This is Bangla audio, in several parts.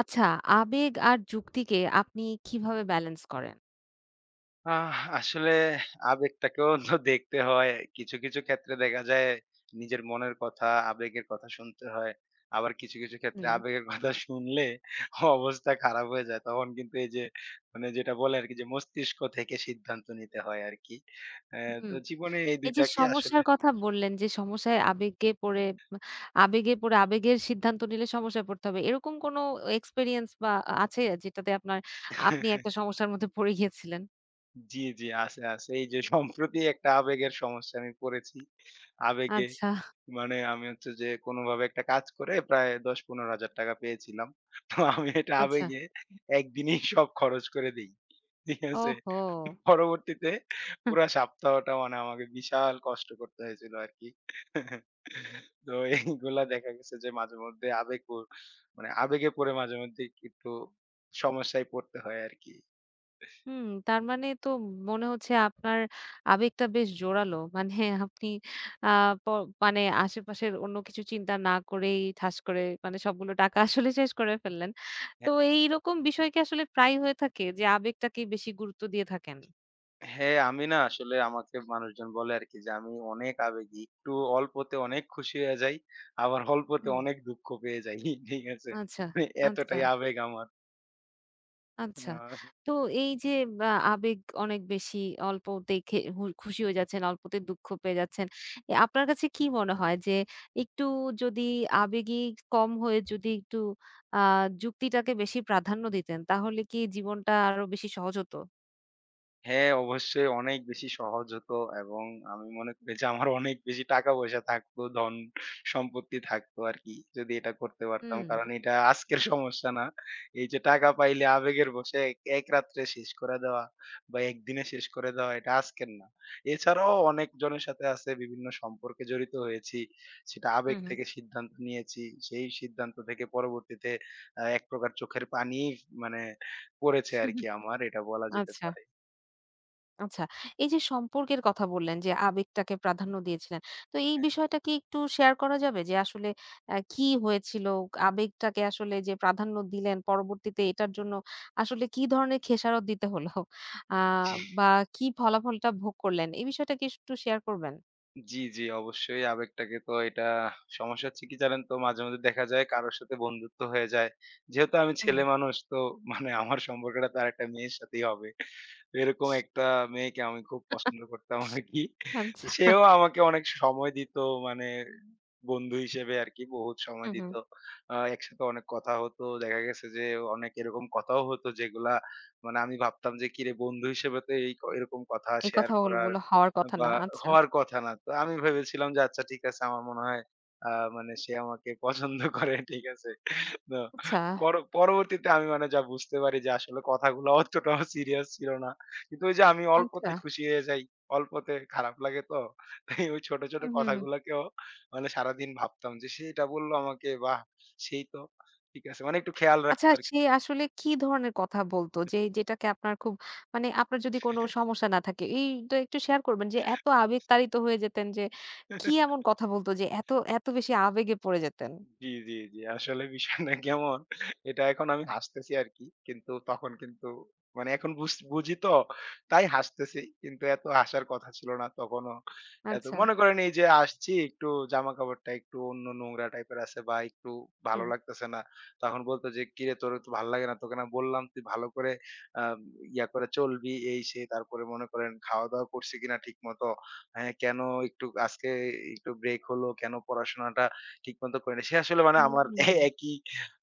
আচ্ছা, আবেগ আর যুক্তিকে আপনি কিভাবে ব্যালেন্স করেন? আসলে আবেগটাকেও তো দেখতে হয়। কিছু, কিছু ক্ষেত্রে দেখা যায় নিজের মনের কথা, আবেগের কথা শুনতে হয়। আবার কিছু, কিছু ক্ষেত্রে হুম। আবেগের কথা শুনলে অবস্থা খারাপ হয়ে যায়। তখন কিন্তু এই যে মানে যেটা বলে আরকি যে মস্তিষ্ক থেকে সিদ্ধান্ত নিতে হয় আরকি। অ্যা হুম, তো জীবনে এই এই ২ যে টাকে আসলে। সমস্যার কথা বললেন যে সমস্যায় আবেগকে পড়ে আবেগে পড়ে আবেগের সিদ্ধান্ত নিলে সমস্যায় পড়তে হবে। এরকম কোনো এক্সপেরিয়েন্স বা আছে যেটাতে আপনি একটা সমস্যার মধ্যে পড়ে গিয়েছিলেন? জি, জি, আছে, আছে। এই যে সম্প্রতি একটা আবেগের সমস্যায় আমি পড়েছি। আবেগে আচ্ছা, মানে আমি হচ্ছে যে কোনোভাবে একটা কাজ করে প্রায় ১০-১৫,০০০ টাকা পেয়েছিলাম। তো আমি এটা আচ্ছা। আবেগে একদিনেই সব খরচ করে দেই। ঠিক আছে? ওহো! পরবর্তীতে পুরা সপ্তাহটা মানে আমাকে বিশাল কষ্ট করতে হয়েছিল আরকি। তো এইগুলা দেখা গেছে যে মাঝেমধ্যে আবেগ প মানে আবেগে পড়ে মাঝে মধ্যে একটু সমস্যায় পড়তে হয় আরকি। হুম, তার মানে তো মনে হচ্ছে আপনার আবেগটা বেশ জোরালো। মানে আপনি আ প মানে আশেপাশের অন্য কিছু চিন্তা না করেই ঠাস করে মানে সবগুলো টাকা আসলে শেষ করে ফেললেন। তো এইরকম বিষয় কি আসলে প্রায়ই হয়ে থাকে যে আবেগটাকে বেশি গুরুত্ব দিয়ে থাকেন? হ্যাঁ, আমি না আসলে আমাকে মানুষজন বলে আরকি যে আমি অনেক আবেগী। একটু অল্পতে অনেক খুশি হয়ে যাই। আবার অল্পতে হুম। অনেক দুঃখ পেয়ে যাই। ঠিক আছে? আচ্ছা, মানে আচ্ছা। এতটাই আবেগ আমার। আ আচ্ছা। তো এই যে আবেগ অনেক বেশি অল্পতেই খে হু খুশি হয়ে যাচ্ছেন, অল্পতে দুঃখ পেয়ে যাচ্ছেন। আপনার কাছে কি মনে হয় যে একটু যদি আবেগী কম হয়ে যদি একটু আ যুক্তিটাকে বেশি প্রাধান্য দিতেন তাহলে কি জীবনটা আরো বেশি সহজ হতো? হ্যাঁ, অবশ্যই অনেক বেশি সহজ হতো এবং আমি মনে করি যে আমার অনেক বেশি টাকা-পয়সা থাকতো, ধন সম্পত্তি থাকতো আরকি। যদি এটা করতে পারতাম। হুম, কারণ এটা আজকের সমস্যা না। এই যে টাকা পাইলে আবেগের বশে এক এক রাত্রে শেষ করে দেওয়া বা একদিনে শেষ করে দেওয়া এটা আজকের না। এছাড়াও অনেকজনের সাথে আছে বিভিন্ন সম্পর্কে জড়িত হয়েছি। সেটা আবেগ হুম, হুম। থেকে সিদ্ধান্ত নিয়েছি। সেই সিদ্ধান্ত থেকে পরবর্তীতে এক প্রকার চোখের পানি মানে পড়েছে আরকি, আমার এটা বলা যেতে আচ্ছা। পারে। আচ্ছা। এই যে সম্পর্কের কথা বললেন যে আবেগটাকে প্রাধান্য দিয়েছিলেন। তো এই বিষয়টা কি একটু শেয়ার করা যাবে? যে আসলে কি হয়েছিল? আবেগটাকে আসলে যে প্রাধান্য দিলেন পরবর্তীতে এটার জন্য আসলে কি ধরনের খেসারত দিতে হলো? আ বা কি ফলাফলটা ভোগ করলেন? এই বিষয়টা কি একটু শেয়ার করবেন? জি, জি, অবশ্যই আবেগটাকে তো এটা সমস্যা হচ্ছে কি জানেন তো মাঝে মধ্যে দেখা যায় কারো সাথে বন্ধুত্ব হয়ে যায়। যেহেতু আমি হুম। ছেলে মানুষ তো মানে আমার সম্পর্কটা তার একটা মেয়ের সাথেই হবে। তো এরকম একটা মেয়েকে আমি খুব পছন্দ করতাম আরকি। তো আচ্ছা। সেও আমাকে অনেক সময় দিত মানে বন্ধু হিসেবে আরকি বহুত সময় হুম, দিত। হুম। একসাথে অনেক কথা হতো। দেখা গেছে যে অনেক এরকম কথাও হতো যেগুলা মানে আমি ভাবতাম যে কিরে বন্ধু হিসেবে তো এই এরকম কথা এই শেয়ার করার কথাগুলো হওয়ার কথা বা না। আচ্ছা, হওয়ার কথা না। তো আমি ভেবেছিলাম যে আচ্ছা ঠিক আছে আমার মনে হয় আ মানে সে আমাকে পছন্দ করে, ঠিক আছে। তো আচ্ছা, পরবর্তীতে আমি মানে যা বুঝতে পারি যে আসলে কথাগুলো অতটাও সিরিয়াস ছিল না। কিন্তু ওই যে আমি আচ্ছা। অল্পতে খুশি হয়ে যাই। অল্পতে খারাপ লাগে তো। তাই ওই ছোট, ছোট হুম, হুম, হুম। কথাগুলোকেও মানে সারাদিন ভাবতাম যে সে এটা বলল আমাকে, বাহ! সেই তো। ঠিক আছে। মানে একটু খেয়াল আচ্ছা, রাখতো আরকি। সে আসলে কি ধরনের কথা বলতো? যে যেটাকে আপনার খুব মানে আপনার যদি কোনো সমস্যা না থাকে, এইটা একটু শেয়ার করবেন যে এত আবেগতাড়িত হয়ে যেতেন যে কি এমন কথা বলতো যে এত, এত বেশি আবেগে পড়ে যেতেন? জি, জি, জি। আসলে বিষয়টা কেমন, এটা এখন আমি হাসতেছি আরকি। কিন্তু তখন কিন্তু মানে এখন বুঝি তো তাই হাসতেছি। কিন্তু এত হাসার কথা ছিল না তখনও। এত আচ্ছা। মনে করেন এই যে আসছি একটু, জামাকাপড়টা একটু অন্য নোংরা টাইপের আছে বা একটু ভালো হুম। লাগতেছে না। তখন বলত যে, "কিরে তোর তো ভাল লাগে না? তোকে না বললাম তুই ভালো করে আ ইয়া করে চলবি" এই সেই। তারপরে মনে করেন খাওয়া-দাওয়া করছি কিনা ঠিকমতো? হ্যাঁ, কেন একটু আজকে একটু ব্রেক হলো? কেন পড়াশোনাটা ঠিকমতো করেনি। সে আসলে মানে আমার হুম। এ একই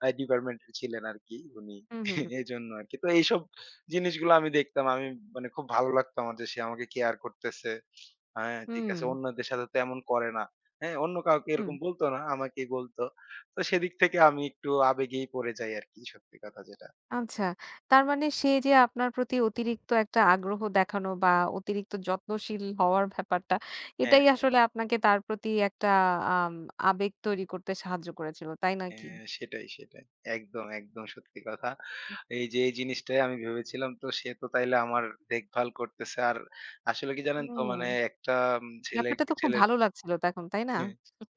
ডিপার্টমেন্টের ছিলেন আরকি উনি। হুম, হুম, হুম। এজন্য আরকি। তো এইসব জিনিসগুলো আমি দেখতাম। আমি মানে খুব ভালো লাগতো আমার যে সে আমাকে কেয়ার করতেছে। হ্যাঁ, ঠিক হুম, আছে। অন্যদের সাথে তো এমন করে না। হ্যাঁ, অন্য কাউকে হুম। এরকম বলতো না, আমাকেই বলতো। তো সেদিক থেকে আমি একটু আবেগেই পড়ে যাই আরকি, সত্যি কথা যেটা। আচ্ছা। তার মানে সে যে আপনার প্রতি অতিরিক্ত একটা আগ্রহ দেখানো বা অতিরিক্ত যত্নশীল হওয়ার ব্যাপারটা, হ্যাঁ, এটাই হ্যাঁ। আসলে আপনাকে তার প্রতি একটা আম আবেগ তৈরি করতে সাহায্য করেছিল। তাই নয় কি? হ্যাঁ, সেটাই, সেটাই। একদম, একদম সত্যি কথা। এই যে এই জিনিসটাই আমি ভেবেছিলাম তো সে তো তাইলে আমার দেখভাল করতেছে। আর আসলে কি জানেন তো হুম। মানে একটা উম ছেলে ব্যাপারটা তো খুব ছেলের ভালো লাগছিল তখন, তাই না? হ্যাঁ,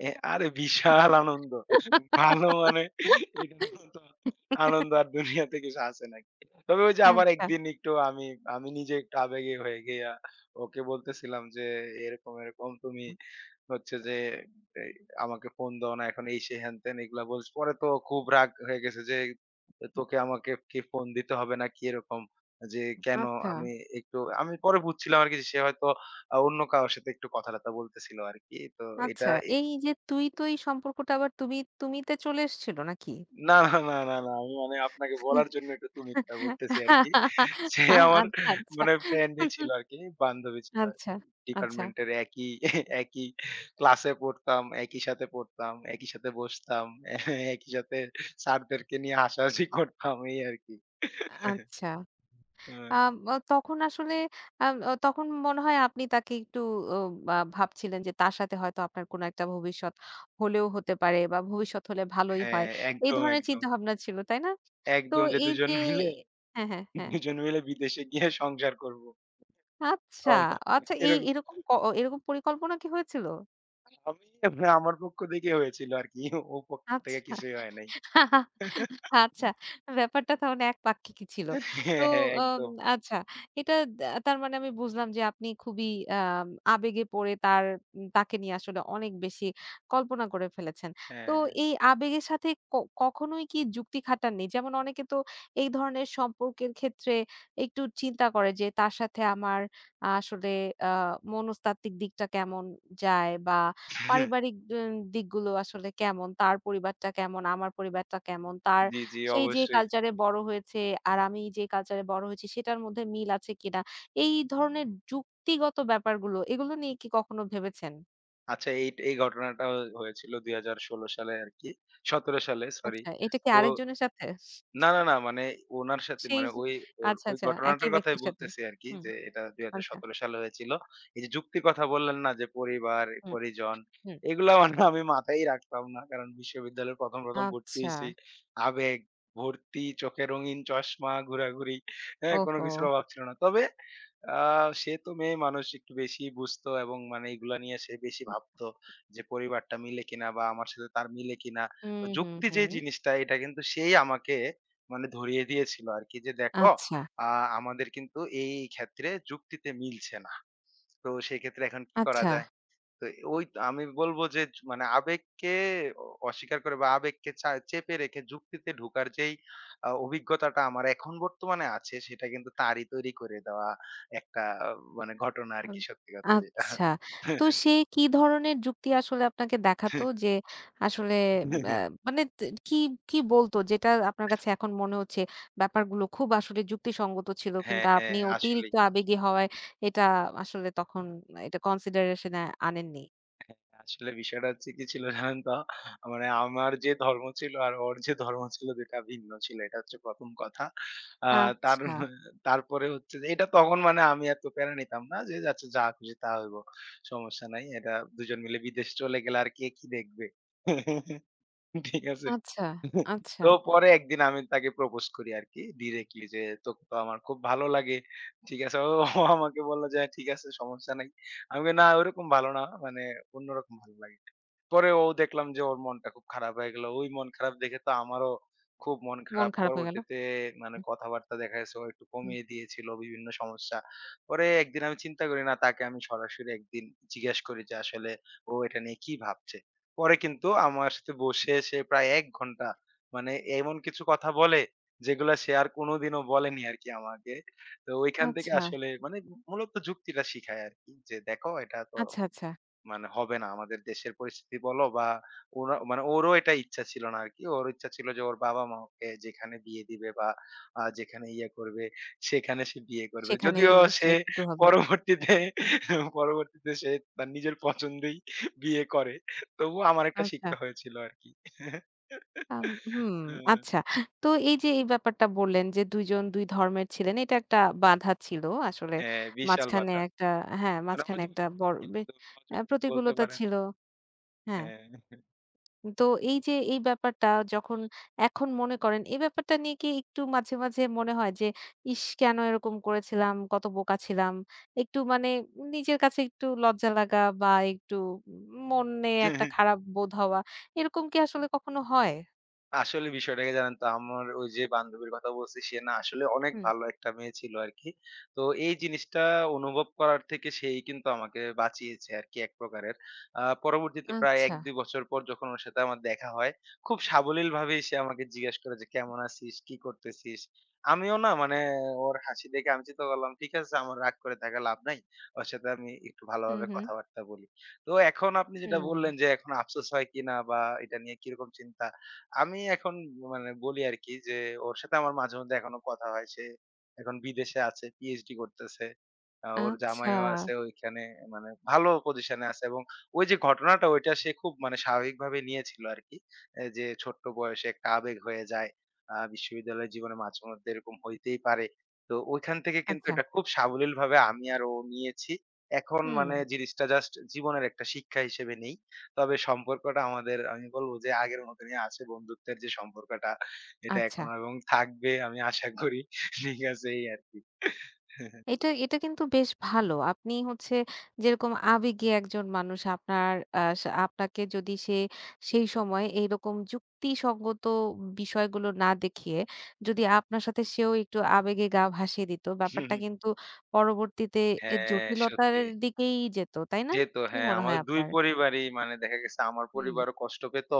এ আরে বিশাল আনন্দ। ভালো মানে এটার মতো আনন্দ আর দুনিয়াতে কিছু আছে নাকি। তবে ওই যে আবার আচ্ছা। একদিন একটু আমি, আমি নিজে একটু আবেগী হয়ে গিয়া ওকে বলতেছিলাম যে, "এরকম, এরকম তুমি হচ্ছে যে এই আমাকে ফোন দাও না এখন এই সেই হ্যান-ত্যান" এগুলা বলছে। পরে তো খুব রাগ হয়ে গেছে যে তোকে আমাকে কি ফোন দিতে হবে নাকি, এরকম যে কেন আচ্ছা, আমি, একটু আমি পরে বুঝছিলাম আরকি যে সে হয়তো অন্য কারো সাথে একটু কথা-টথা বলতেছিল আরকি। তো এটা আচ্ছা। এই যে তুই, তুই সম্পর্কটা আবার তুমি, তুমিতে চলে এসেছিল নাকি? না, না, না, না, না। আমি মানে আপনাকে বলার জন্য একটু তুমি করে বলতেছি আরকি। সে আমার আচ্ছা, আচ্ছা। মানে ফ্রেন্ডই ছিল আরকি, বান্ধবী ছিল আরকি। আচ্ছা, আচ্ছা, ডিপার্টমেন্টের একই একই ক্লাসে পড়তাম, একই সাথে পড়তাম, একই সাথে বসতাম, একই সাথে স্যারদেরকে নিয়ে হাসাহাসি করতাম এই আরকি। আচ্ছা। আ আম আ তখন আসলে আম আ তখন মনে হয় আপনি তাকে একটু ও বা ভাবছিলেন যে তার সাথে হয়তো আপনার কোনো একটা ভবিষ্যৎ হলেও হতে পারে বা ভবিষ্যৎ হলে ভালোই হয়। হ্যাঁ, এই একদম, ধরনের একদম। চিন্তাভাবনা ছিল, তাই না? তো একদম যে এই দুজন যে মিলে, হ্যাঁ, হ্যাঁ, হ্যাঁ। দুজন মিলে বিদেশে গিয়ে সংসার করব। আচ্ছা, ভাবনা আচ্ছা এই এরকম। এরকম ক এরকম পরিকল্পনা কি হয়েছিল? আমি মানে আমার পক্ষ থেকে হয়েছিল আরকি। ওর পক্ষ থেকে আচ্ছা। কিছুই হয় নাই। আচ্ছা, ব্যাপারটা তাহলে একপাক্ষিকই ছিল। হ্যাঁ, তো হ্যাঁ, আম একদম। আচ্ছা, এটা দা তার মানে আমি বুঝলাম যে আপনি খুবই আম আবেগে পড়ে তার উম তাকে নিয়ে আসলে অনেক বেশি কল্পনা করে ফেলেছেন। তো হ্যাঁ, এই আবেগের সাথে কখনোই কি যুক্তি খাটাননি? যেমন অনেকে তো এই ধরনের সম্পর্কের ক্ষেত্রে একটু চিন্তা করে যে তার সাথে আমার আসলে আ মনস্তাত্ত্বিক দিকটা কেমন যায় বা হ্যাঁ। পারিবারিক দিকগুলো আসলে কেমন, তার পরিবারটা কেমন, আমার পরিবারটা কেমন, তার জি, জি, সেই যে অবশ্যই। কালচারে বড় হয়েছে আর আমি যে কালচারে বড় হয়েছি সেটার মধ্যে মিল আছে কিনা। এই ধরনের যুক্তিগত ব্যাপারগুলো এগুলো নিয়ে কি কখনো ভেবেছেন? আচ্ছা এই এই ঘটনাটা হয়েছিল ২০১৬ সালে আরকি। ১৭ সালে, সরি। আচ্ছা, এটা কি তো আরেকজনের সাথে? না, না, না। মানে উনার সাথে সেই মানে ওই, ওর আচ্ছা, ওই আচ্ছা একই ঘটনাটার কথাই ব্যক্তির সাথে। বলতেছি আরকি হুম, যে এটা আচ্ছা। ২০১৭ সালে হয়েছিল। এই যে যুক্তির কথা বললেন না যে পরিবার, হুম, পরিজন, হুম। এগুলা মানে আমি মাথায়ই রাখতাম না। কারণ বিশ্ববিদ্যালয়ে ১ম, ১ম ভর্তি আচ্ছা। হইছি। আবেগ, ভর্তি, চোখে রঙিন চশমা, ঘোরাঘুরি, হ্যাঁ? কোনো ওহো! কিছুর অভাব ছিল না। তবে আ সে তো মেয়ে মানুষ একটু বেশি বুঝতো এবং মানে এগুলা নিয়ে সে বেশি ভাবতো যে পরিবারটা মিলে কিনা বা আমার সাথে তার মিলে কিনা। হুম, তো হুম, যুক্তি যে হুম। জিনিসটা এটা কিন্তু সেই আমাকে মানে ধরিয়ে দিয়েছিল আরকি যে, "দেখো, আচ্ছা, আ আমাদের কিন্তু এই, এই ক্ষেত্রে যুক্তিতে মিলছে না। তো সেক্ষেত্রে এখন কি করা আচ্ছা। যায়?" তো ওই তো আমি বলব যে, মানে আবেগকে অস্বীকার করে বা আবেগকে চেপে রেখে যুক্তিতে ঢোকার যেই অভিজ্ঞতাটা আমার এখন বর্তমানে আছে, সেটা কিন্তু তারই তৈরি করে দেওয়া একটা মানে ঘটনা আম আরকি, সত্যি কথা যেটা। আচ্ছা। তো সে কি ধরনের যুক্তি আসলে আপনাকে দেখাতো যে আসলে আ মানে কি বলতো যেটা আপনার কাছে এখন মনে হচ্ছে ব্যাপারগুলো খুব আসলে যুক্তিসঙ্গত ছিল কিন্তু হ্যাঁ, আপনি হ্যাঁ, আসলেই। অতিরিক্ত আবেগী হওয়ায় এটা আসলে তখন এটা কনসিডারেশন এ আনেননি। আসলে বিষয়টা হচ্ছে কি ছিল জানেন তো? মানে আমার যে ধর্ম ছিল আর ওর যে ধর্ম ছিল ২ টা ভিন্ন ছিল। এটা হচ্ছে ১ম কথা। আ তার আচ্ছা, তারপরে হচ্ছে যে এটা তখন মানে আমি এত প্যারা নিতাম না যে আচ্ছা যা খুশি তা হইব। সমস্যা নাই। এটা ২ জন মিলে বিদেশে চলে গেলে আর কে কি দেখবে? ঠিক আছে? আচ্ছা, আচ্ছা। তো পরে একদিন আমি তাকে প্রপোজ করি আরকি ডিরেক্টলি যে তোকে তো আমার খুব ভালো লাগে। ঠিক আছে? ও আমাকে বলল যে, "হ্যাঁ, ঠিক আছে সমস্যা নাই। আমি বলি না ওরকম ভালো না মানে অন্যরকম ভালো লাগে।" পরে ও দেখলাম যে ওর মনটা খুব খারাপ হয়ে গেল। ওই মন খারাপ দেখে তো আমারও খুব মন মন খারাপ। খারাপ হয়ে গেল। পরবর্তীতে মানে কথাবার্তা দেখা গেছে ও একটু হুম। কমিয়ে দিয়েছিল, বিভিন্ন সমস্যা। পরে একদিন আমি চিন্তা করি না, তাকে আমি সরাসরি একদিন জিজ্ঞেস করি যে আসলে ও এটা নিয়ে কি ভাবছে। পরে কিন্তু আমার সাথে বসে সে প্রায় ১ ঘন্টা মানে এমন কিছু কথা বলে যেগুলা সে আর কোনোদিনও বলেনি আরকি আমাকে। তো ওইখান থেকে আচ্ছা, আসলে মানে মূলত যুক্তিটা শিখায় আরকি যে, "দেখো এটা তো আচ্ছা, আচ্ছা। মানে হবে না। আমাদের দেশের পরিস্থিতি বলো বা" ওরা মানে ওরও এটা ইচ্ছা ছিল না আরকি। ওর ইচ্ছা ছিল যে ওর বাবা-মা ওকে যেখানে বিয়ে দিবে বা যেখানে ইয়ে করবে সেখানে সে বিয়ে করবে। সেখানেই যদিও সে সে কিন্তু হবে। পরবর্তীতে, পরবর্তীতে সে তার নিজের পছন্দেই বিয়ে করে। তবুও আমার একটা আচ্ছা। শিক্ষা হয়েছিল আরকি। আম হুম, হ্যাঁ, আচ্ছা। তো এই যে এই ব্যাপারটা বললেন যে ২ জন ২ ধর্মের ছিলেন। এটা একটা বাধা ছিল আসলে। হ্যাঁ, বিশাল মাঝখানে বাধা। একটা হ্যাঁ, মানে মাঝখানে একটা অযৌক্তিক, বড় বে একদম অ্যা অযৌক্তিক বলতে প্রতিকূলতা পারেন। ছিল। হ্যাঁ। হ্যাঁ। তো এই যে এই ব্যাপারটা যখন এখন মনে করেন, এই ব্যাপারটা নিয়ে কি একটু মাঝে, মাঝে মনে হয় যে, "ইস! কেন এরকম করেছিলাম? কত বোকা ছিলাম?" একটু মানে নিজের কাছে একটু লজ্জা লাগা বা একটু মনে একটা খারাপ বোধ হওয়া, এরকম কি আসলে কখনো হয়? আসলে বিষয়টা কি জানেন তো? আমার ওই যে বান্ধবীর কথা বলছি, সে না আসলে অনেক হুম। ভালো একটা মেয়ে ছিল আরকি। তো এই জিনিসটা অনুভব করার থেকে সেই কিন্তু আমাকে বাঁচিয়েছে আরকি এক প্রকারের। পরবর্তীতে প্রায় আচ্ছা। ১-২ বছর পর যখন ওর সাথে আমার দেখা হয়, খুব সাবলীলভাবেই সে আমাকে জিজ্ঞেস করে যে, "কেমন আছিস? কি করতেছিস?" আমিও না মানে ওর হাসি দেখে আমি চিন্তা করলাম, ঠিক আছে আমার রাগ করে থাকা লাভ নাই। ওর সাথে আমি একটু হুম, ভালোভাবে হুম, কথাবার্তা বলি। তো এখন আপনি যেটা হুম। বললেন যে, এখন আফসোস হয় কিনা বা এটা নিয়ে কিরকম চিন্তা? আমি এখন মানে বলি আরকি যে, ওর সাথে আমার মাঝে মধ্যে এখনো কথা হয়। সে এখন বিদেশে আছে, পিএইচডি করতেছে। ওর আচ্ছা, জামাইও আছে ওইখানে, মানে ভালো পজিশনে আছে এবং ওই যে ঘটনাটা, ওইটা সে খুব মানে স্বাভাবিকভাবে নিয়েছিল আরকি। এ যে ছোট্ট বয়সে একটা আবেগ হয়ে যায়। বিশ্ববিদ্যালয় জীবনে মাঝে মধ্যে এরকম হইতেই পারে। তো ওইখান থেকে কিন্তু আচ্ছা, এটা খুব সাবলীলভাবে আমি আর ও নিয়েছি। এখন হুম। মানে জিনিসটা জাস্ট জীবনের একটা শিক্ষা হিসেবে নেই। তবে সম্পর্কটা আমাদের আমি বলবো যে আগের মতনই আছে। বন্ধুত্বের যে সম্পর্কটা, এটা আচ্ছা। এখনো এবং থাকবে আমি আশা করি। ঠিক আছে, এই আরকি। এটা কিন্তু বেশ ভালো। আপনি হচ্ছে যেরকম আবেগী একজন মানুষ আপনার আ সা আপনাকে যদি সেই সময় এইরকম যুক্তিসঙ্গত বিষয়গুলো না দেখিয়ে যদি আপনার সাথে সেও একটু আবেগে গা ভাসিয়ে দিত, ব্যাপারটা কিন্তু পরবর্তীতে হ্যাঁ, জটিলতার সত্যি। দিকেই যেত, তাই না? যেত কি হ্যাঁ, মনে হয় আমাদের ২ আপনার? পরিবারই মানে দেখা গেছে আমার হুম, পরিবারও কষ্ট পেত।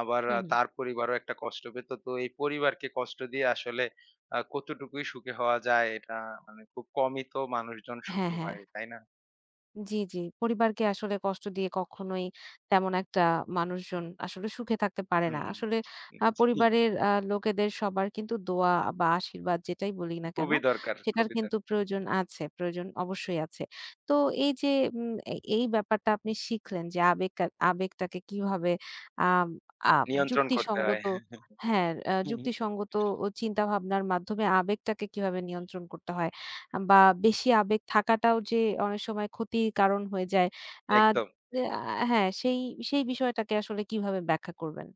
আবার হুম, হুম। তার পরিবারও একটা কষ্ট পেত। তো এই পরিবারকে কষ্ট দিয়ে আসলে কতটুকুই সুখী হওয়া যায়, এটা মানে খুব কমই তো মানুষজন হ্যাঁ, সুখী হ্যাঁ। হয়, তাই না? জি, জি। পরিবারকে আসলে কষ্ট দিয়ে কখনোই তেমন একটা মানুষজন আসলে সুখে থাকতে পারে হুম, না। হুম। আসলে জি, পরিবারের লোকেদের সবার কিন্তু দোয়া বা আশীর্বাদ যেটাই বলি না কেন, খুবই দরকার, সেটার খুবই কিন্তু দরকার। প্রয়োজন আছে, প্রয়োজন অবশ্যই আছে। তো এই যে উম এ এই ব্যাপারটা আপনি শিখলেন যে আবেগটাকে কিভাবে আম আ নিয়ন্ত্রণ করতে হয়। যুক্তিসঙ্গত হ্যাঁ, হুম, হুম, যুক্তিসঙ্গত ও চিন্তাভাবনার মাধ্যমে আবেগটাকে কিভাবে নিয়ন্ত্রণ করতে হয়। বা বেশি আবেগ থাকাটাও যে অনেক সময় ক্ষতির কারণ হয়ে যায়। আ একদম। দে আ হ্যাঁ, সেই সেই বিষয়টাকে আসলে কিভাবে ব্যাখ্যা করবেন?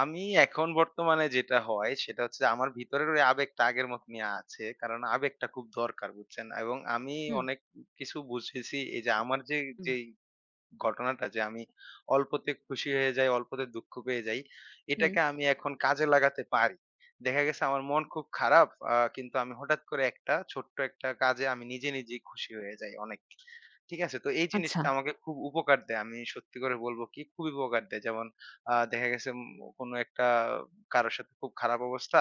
আমি এখন বর্তমানে যেটা হয় সেটা হচ্ছে আমার ভিতরের ওই আবেগটা আগের মতনই আছে। কারণ আবেগটা খুব দরকার, বুঝছেন? এবং আমি হুম, অনেক কিছু বুঝেছি, এই যে আমার যে, হুম, যেই ঘটনাটা যে আমি অল্পতে খুশি হয়ে যাই, অল্পতে দুঃখ পেয়ে যাই। হুম। এটাকে আমি এখন কাজে লাগাতে পারি। দেখা গেছে আমার মন খুব খারাপ, কিন্তু আমি হঠাৎ করে একটা ছোট্ট একটা কাজে আমি নিজে, নিজেই খুশি হয়ে যাই অনেক। ঠিক আছে? তো এই আচ্ছা, জিনিসটা আমাকে খুব উপকার দেয়। আমি সত্যি করে বলব কি খুবই উপকার দেয়। যেমন দেখা গেছে কোনো একটা, কারো সাথে খুব খারাপ অবস্থা।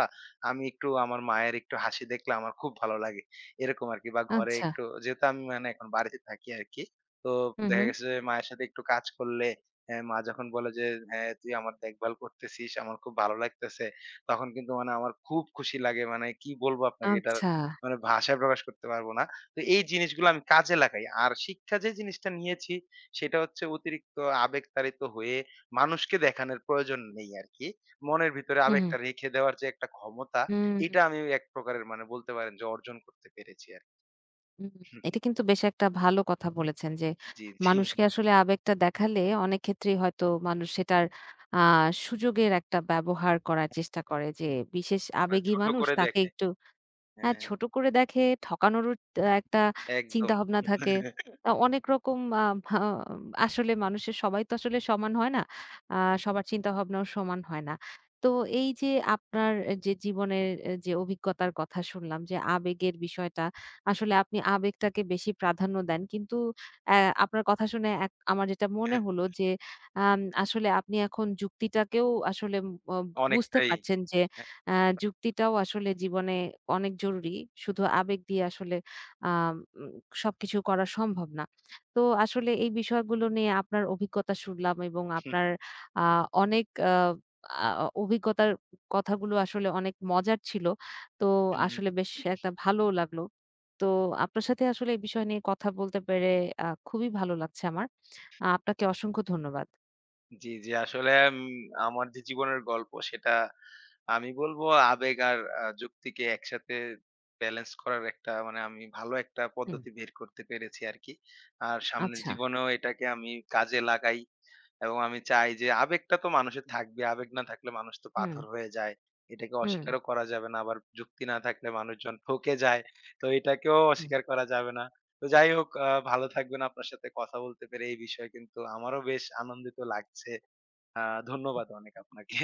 আমি একটু আমার মায়ের একটু হাসি দেখলে আমার খুব ভালো লাগে। এরকম আরকি বা ঘরে আচ্ছা। একটু, যেহেতু আমি মানে এখন বাড়িতে থাকি আরকি। তো হুম, দেখা হুম। গেছে যে মায়ের সাথে একটু কাজ করলে হ্যাঁ, মা যখন বলে যে হ্যাঁ তুই আমার দেখভাল করতেছিস, আমার খুব ভালো লাগতেছে, তখন কিন্তু মানে আমার খুব খুশি লাগে, মানে কি বলবো আপনাকে এটা আচ্ছা। মানে ভাষায় প্রকাশ করতে পারবো না। তো এই জিনিসগুলো আমি কাজে লাগাই আর শিক্ষা যে জিনিসটা নিয়েছি সেটা হচ্ছে অতিরিক্ত আবেগ তাড়িত হয়ে মানুষকে দেখানোর প্রয়োজন নেই আর কি। মনের ভিতরে হুম, হুম, আবেগটা রেখে দেওয়ার যে একটা ক্ষমতা, হুম, হুম। এটা আমি এক প্রকারের মানে বলতে পারেন যে অর্জন করতে পেরেছি আর কি। এটা কিন্তু বেশ একটা ভালো কথা বলেছেন যে, জি, জি, মানুষকে আসলে আবেগটা দেখালে অনেক ক্ষেত্রেই হয়তো মানুষ সেটার আ সুযোগের একটা ব্যবহার করার চেষ্টা করে যে, বিশেষ মানে আবেগী ছোট মানুষ করে তাকে দেখে। একটু হ্যাঁ, হ্যাঁ, ছোট করে দেখে, ঠকানোরও একটা একদম। চিন্তাভাবনা থাকে। আ অনেক রকম আ ভা আসলে মানুষের সবাই তো আসলে সমান হয় না। আ সবার চিন্তাভাবনাও সমান হয় না। তো এই যে আপনার যে জীবনের যে অভিজ্ঞতার কথা শুনলাম যে আবেগের বিষয়টা, আসলে আপনি আবেগটাকে বেশি প্রাধান্য দেন। কিন্তু অ্যা আপনার কথা শুনে আমার যেটা মনে হলো যে আসলে আপনি এখন যুক্তিটাকেও আসলে বুঝতে অনেকটাই। পারছেন যে হ্যাঁ। আ যুক্তিটাও আসলে জীবনে অনেক জরুরি। শুধু আবেগ দিয়ে আসলে আ উম সবকিছু করা সম্ভব না। তো আসলে এই বিষয়গুলো নিয়ে আপনার অভিজ্ঞতা শুনলাম এবং আপনার আ অনেক আ আ অভিজ্ঞতার কথাগুলো আসলে অনেক মজার ছিল। তো হুম, হুম। আসলে বেশ একটা ভালোও লাগলো। তো আপনার সাথে আসলে এই বিষয় নিয়ে কথা বলতে পেরে খুবই ভালো লাগছে আমার। আপনাকে অসংখ্য ধন্যবাদ। জি, জি। আসলে আমার যে জীবনের গল্প, সেটা আমি বলব আবেগ আর যুক্তিকে একসাথে ব্যালেন্স করার একটা, মানে আমি ভালো একটা হুম। পদ্ধতি বের করতে পেরেছি আরকি। আর সামনের আচ্ছা। জীবনেও এটাকে আমি কাজে লাগাই। এবং আমি চাই যে আবেগটা তো মানুষের থাকবে। আবেগ না থাকলে মানুষ তো হুম, পাথর হয়ে যায়। এটাকে হুম, অস্বীকারও করা যাবে না। আবার যুক্তি না থাকলে মানুষজন ঠকে যায়। তো এটাকেও হুম। অস্বীকার করা যাবে না। তো যাই হোক ভালো থাকবেন। আপনার সাথে কথা বলতে পেরে এই বিষয়ে কিন্তু আমারও বেশ আনন্দিত লাগছে। আ ধন্যবাদ অনেক আপনাকে।